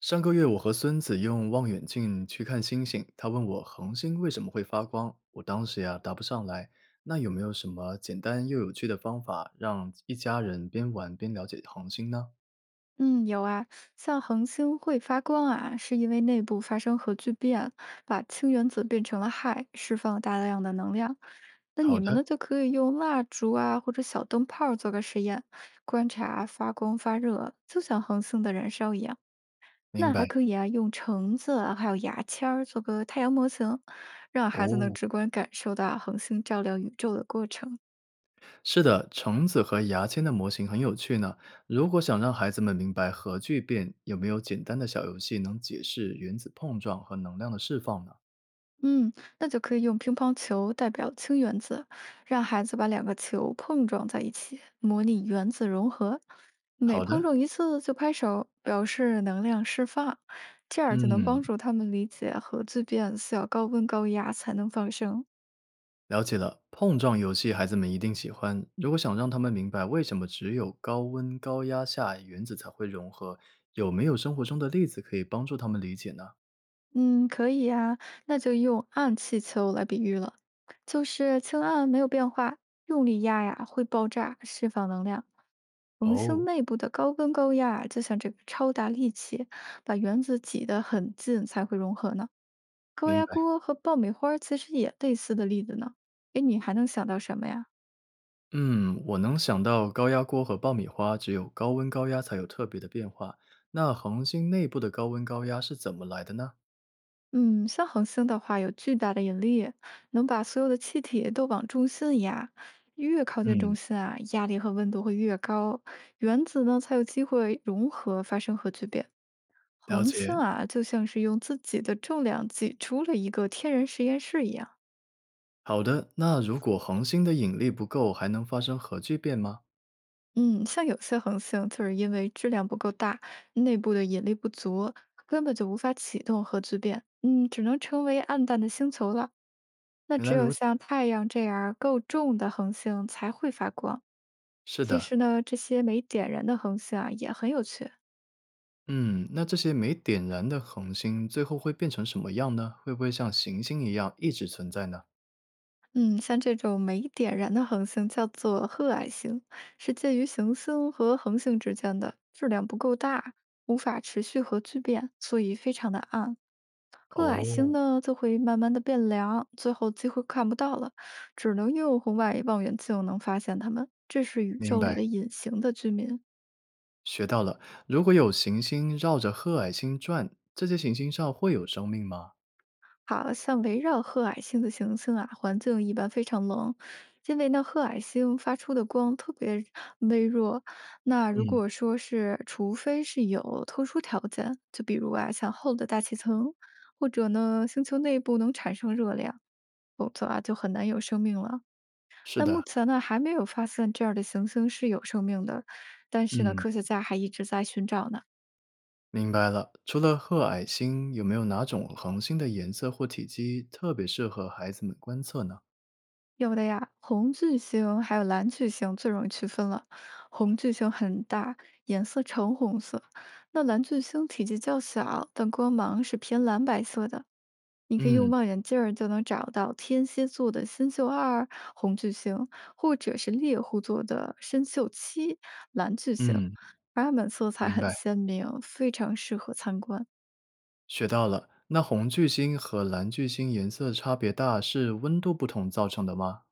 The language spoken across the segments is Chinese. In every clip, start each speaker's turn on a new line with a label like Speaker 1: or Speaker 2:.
Speaker 1: 上个月我和孙子用望远镜去看星星，他问我恒星为什么会发光，我当时呀答不上来。那有没有什么简单又有趣的方法，让一家人边玩边了解恒星呢？
Speaker 2: 嗯，有啊，像恒星会发光啊，是因为内部发生核聚变，把氢原子变成了氦，释放了大量的能量。那
Speaker 1: 好
Speaker 2: 你们
Speaker 1: 的。
Speaker 2: 呢，就可以用蜡烛啊或者小灯泡儿做个实验，观察发光发热，就像恒星的燃烧一样。
Speaker 1: 明
Speaker 2: 那还
Speaker 1: 白。
Speaker 2: 可以啊，用橙子啊还有牙签儿做个太阳模型，让孩子能
Speaker 1: 哦，
Speaker 2: 直观感受到恒星照亮宇宙的过程。
Speaker 1: 是的，橙子和牙签的模型很有趣呢。如果想让孩子们明白核聚变，有没有简单的小游戏能解释原子碰撞和能量的释放呢？
Speaker 2: 嗯，那就可以用乒乓球代表氢原子，让孩子把两个球碰撞在一起，模拟原子融合。每
Speaker 1: 好
Speaker 2: 碰
Speaker 1: 的。
Speaker 2: 撞一次就拍手，表示能量释放，这样就能
Speaker 1: 嗯，
Speaker 2: 帮助他们理解核聚变需要高温高压才能放生。
Speaker 1: 了解了，碰撞游戏孩子们一定喜欢。如果想让他们明白为什么只有高温高压下原子才会融合，有没有生活中的例子可以帮助他们理解呢？
Speaker 2: 嗯，可以呀，那就用暗气球来比喻了，就是氢暗没有变化，用力压呀会爆炸，释放能量。恒
Speaker 1: 哦。
Speaker 2: 星内部的高温高压就像这个超大力气，把原子挤得很近才会融合呢。高
Speaker 1: 明
Speaker 2: 压
Speaker 1: 白。
Speaker 2: 锅和爆米花儿其实也类似的例子呢。哎，你还能想到什么呀？
Speaker 1: 嗯，我能想到高压锅和爆米花只有高温高压才有特别的变化。那恒星内部的高温高压是怎么来的呢？
Speaker 2: 嗯，像恒星的话，有巨大的引力，能把所有的气体都往中心压。越靠近中
Speaker 1: 嗯，
Speaker 2: 心啊，压力和温度会越高，原子呢才有机会融合，发生核聚变。
Speaker 1: 了
Speaker 2: 恒星
Speaker 1: 解。
Speaker 2: 啊，就像是用自己的重量挤出了一个天然实验室一样。
Speaker 1: 好的，那如果恒星的引力不够，还能发生核聚变吗？
Speaker 2: 嗯，像有些恒星就是因为质量不够大，内部的引力不足，根本就无法启动核聚变。嗯，只能成为暗淡的星球了。那
Speaker 1: 原来
Speaker 2: 只有
Speaker 1: 如
Speaker 2: 像
Speaker 1: 此。
Speaker 2: 太阳这样够重的恒星才会发光。
Speaker 1: 是
Speaker 2: 其
Speaker 1: 的。
Speaker 2: 实呢，这些没点燃的恒星啊也很有趣。
Speaker 1: 嗯，那这些没点燃的恒星最后会变成什么样呢？会不会像行星一样一直存在呢？
Speaker 2: 嗯，像这种没点燃的恒星叫做褐矮星，是介于行星和恒星之间的，质量不够大，无法持续核聚变，所以非常的暗。褐矮星
Speaker 1: 哦，
Speaker 2: 呢就会慢慢的变凉，最后几乎看不到了，只能用红外望远镜能发现它们。这是宇
Speaker 1: 明
Speaker 2: 宙里
Speaker 1: 白，
Speaker 2: 的隐形的居民。
Speaker 1: 学到了。如果有行星绕着褐矮星转，这些行星上会有生命吗？
Speaker 2: 好像围绕褐矮星的行星啊，环境一般非常冷，因为呢，褐矮星发出的光特别微弱。那如
Speaker 1: 嗯，
Speaker 2: 果说是，除非是有特殊条件，就比如啊，像厚的大气层，或者呢，星球内部能产生热量，否则啊，就很难有生命了。
Speaker 1: 是
Speaker 2: 那目
Speaker 1: 的。
Speaker 2: 前呢，还没有发现这样的行星是有生命的，但是呢，
Speaker 1: 嗯，
Speaker 2: 科学家还一直在寻找呢。
Speaker 1: 明白了。除了褐矮星，有没有哪种恒星的颜色或体积特别适合孩子们观测呢？
Speaker 2: 有的呀，红巨星还有蓝巨星最容易区分了。红巨星很大，颜色橙红色；那蓝巨星体积较小，但光芒是偏蓝白色的。你可以用
Speaker 1: 嗯
Speaker 2: 望远镜儿就能找到天蝎座的新宿二红巨星，或者是猎户座的深宿七蓝巨星，
Speaker 1: 嗯，
Speaker 2: 它们色彩
Speaker 1: 明
Speaker 2: 很
Speaker 1: 白，
Speaker 2: 鲜明，非常适合参观。
Speaker 1: 学到了。那红巨星和蓝巨星颜色差别大，是温度不同造成的吗？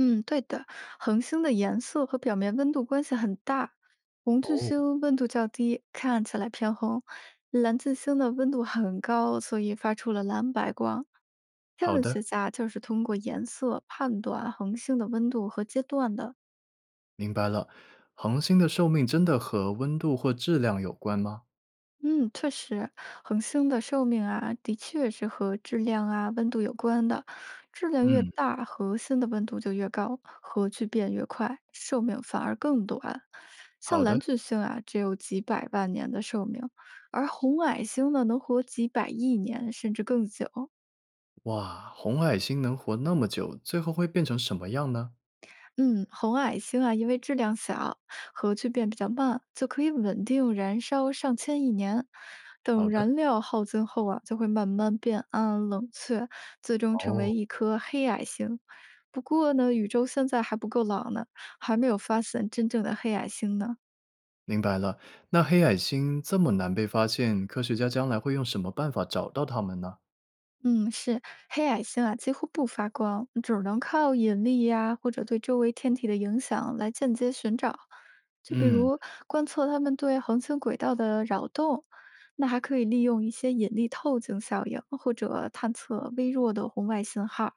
Speaker 2: 嗯，对的，恒星的颜色和表面温度关系很大。红巨
Speaker 1: 哦，
Speaker 2: 星温度较低，看起来偏红；蓝巨星的温度很高，所以发出了蓝白光。天
Speaker 1: 好
Speaker 2: 文
Speaker 1: 的，
Speaker 2: 学家就是通过颜色判断恒星的温度和阶段的。
Speaker 1: 明白了。恒星的寿命真的和温度或质量有关吗？
Speaker 2: 嗯，确实，恒星的寿命啊，的确是和质量啊、温度有关的。质量越
Speaker 1: 嗯，
Speaker 2: 大，核心的温度就越高，核聚变越快，寿命反而更短。像
Speaker 1: 好的。
Speaker 2: 蓝巨星啊，只有几百万年的寿命，而红矮星呢，能活几百亿年甚至更久。
Speaker 1: 哇，红矮星能活那么久，最后会变成什么样呢？
Speaker 2: 嗯，红矮星啊，因为质量小，核聚变比较慢，就可以稳定燃烧上千亿年。
Speaker 1: 好
Speaker 2: 等
Speaker 1: 的。
Speaker 2: 燃料耗尽后啊，就会慢慢变暗、冷却，最终成
Speaker 1: 哦，
Speaker 2: 为一颗黑矮星。不过呢，宇宙现在还不够老呢，还没有发现真正的黑矮星呢。
Speaker 1: 明白了。那黑矮星这么难被发现，科学家将来会用什么办法找到它们呢？
Speaker 2: 嗯，是黑矮星啊，几乎不发光，只能靠引力呀、或者对周围天体的影响来间接寻找。就比
Speaker 1: 嗯，
Speaker 2: 如观测它们对恒星轨道的扰动，那还可以利用一些引力透镜效应，或者探测微弱的红外信号。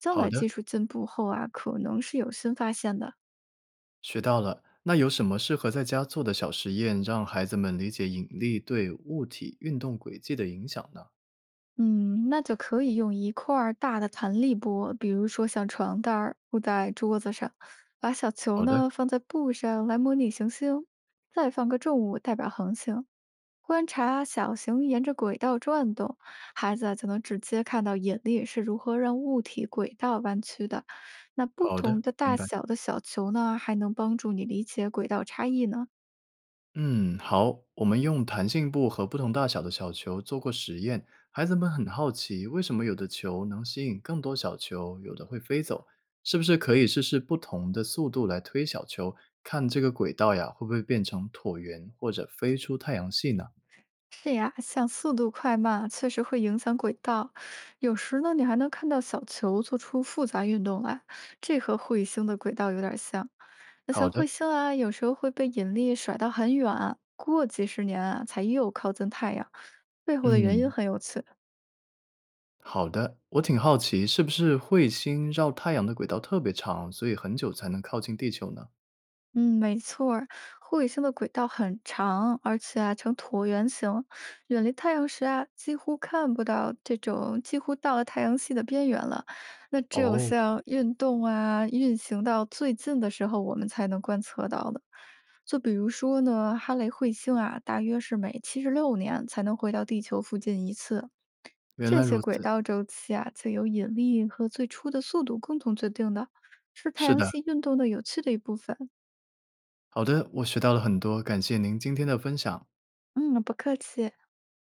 Speaker 2: 将
Speaker 1: 好
Speaker 2: 来
Speaker 1: 的，
Speaker 2: 技术进步后啊，可能是有新发现的。
Speaker 1: 学到了。那有什么适合在家做的小实验，让孩子们理解引力对物体运动轨迹的影响呢？
Speaker 2: 嗯，那就可以用一块儿大的弹力波，比如说像床单儿铺在桌子上，把小球
Speaker 1: 好的，
Speaker 2: 呢放在布上来模拟行星，再放个重物代表恒星，观察小型沿着轨道转动，孩子啊就能直接看到引力是如何让物体轨道弯曲的。那不
Speaker 1: 好
Speaker 2: 同
Speaker 1: 的，
Speaker 2: 的
Speaker 1: 明
Speaker 2: 大
Speaker 1: 白。
Speaker 2: 小的小球呢，还能帮助你理解轨道差异呢。
Speaker 1: 嗯，好，我们用弹性布和不同大小的小球做过实验，孩子们很好奇，为什么有的球能吸引更多小球，有的会飞走？是不是可以试试不同的速度来推小球，看这个轨道呀，会不会变成椭圆或者飞出太阳系呢？
Speaker 2: 是呀，像速度快慢确实会影响轨道，有时呢你还能看到小球做出复杂运动来，这和彗星的轨道有点像。那
Speaker 1: 好
Speaker 2: 像
Speaker 1: 的。
Speaker 2: 彗星啊，有时候会被引力甩到很远，过几十年啊才又靠近太阳，背后的原因
Speaker 1: 嗯，
Speaker 2: 很有趣。
Speaker 1: 好的，我挺好奇，是不是彗星绕太阳的轨道特别长，所以很久才能靠近地球呢？
Speaker 2: 嗯，没错儿，护卫星的轨道很长，而且啊呈椭圆形，远离太阳时啊几乎看不到这种几乎到了太阳系的边缘了。那只有
Speaker 1: 哦，
Speaker 2: 像运动啊运行到最近的时候，我们才能观测到的。就比如说呢，哈雷彗星啊，大约是每76年才能回到地球附近一次。
Speaker 1: 原来
Speaker 2: 这些
Speaker 1: 如
Speaker 2: 轨
Speaker 1: 此，
Speaker 2: 道周期啊，则由引力和最初的速度共同决定的，是太
Speaker 1: 是
Speaker 2: 阳
Speaker 1: 的，
Speaker 2: 系运动的有趣的一部分。
Speaker 1: 好的，我学到了很多，感谢您今天的分享。
Speaker 2: 嗯，不客气。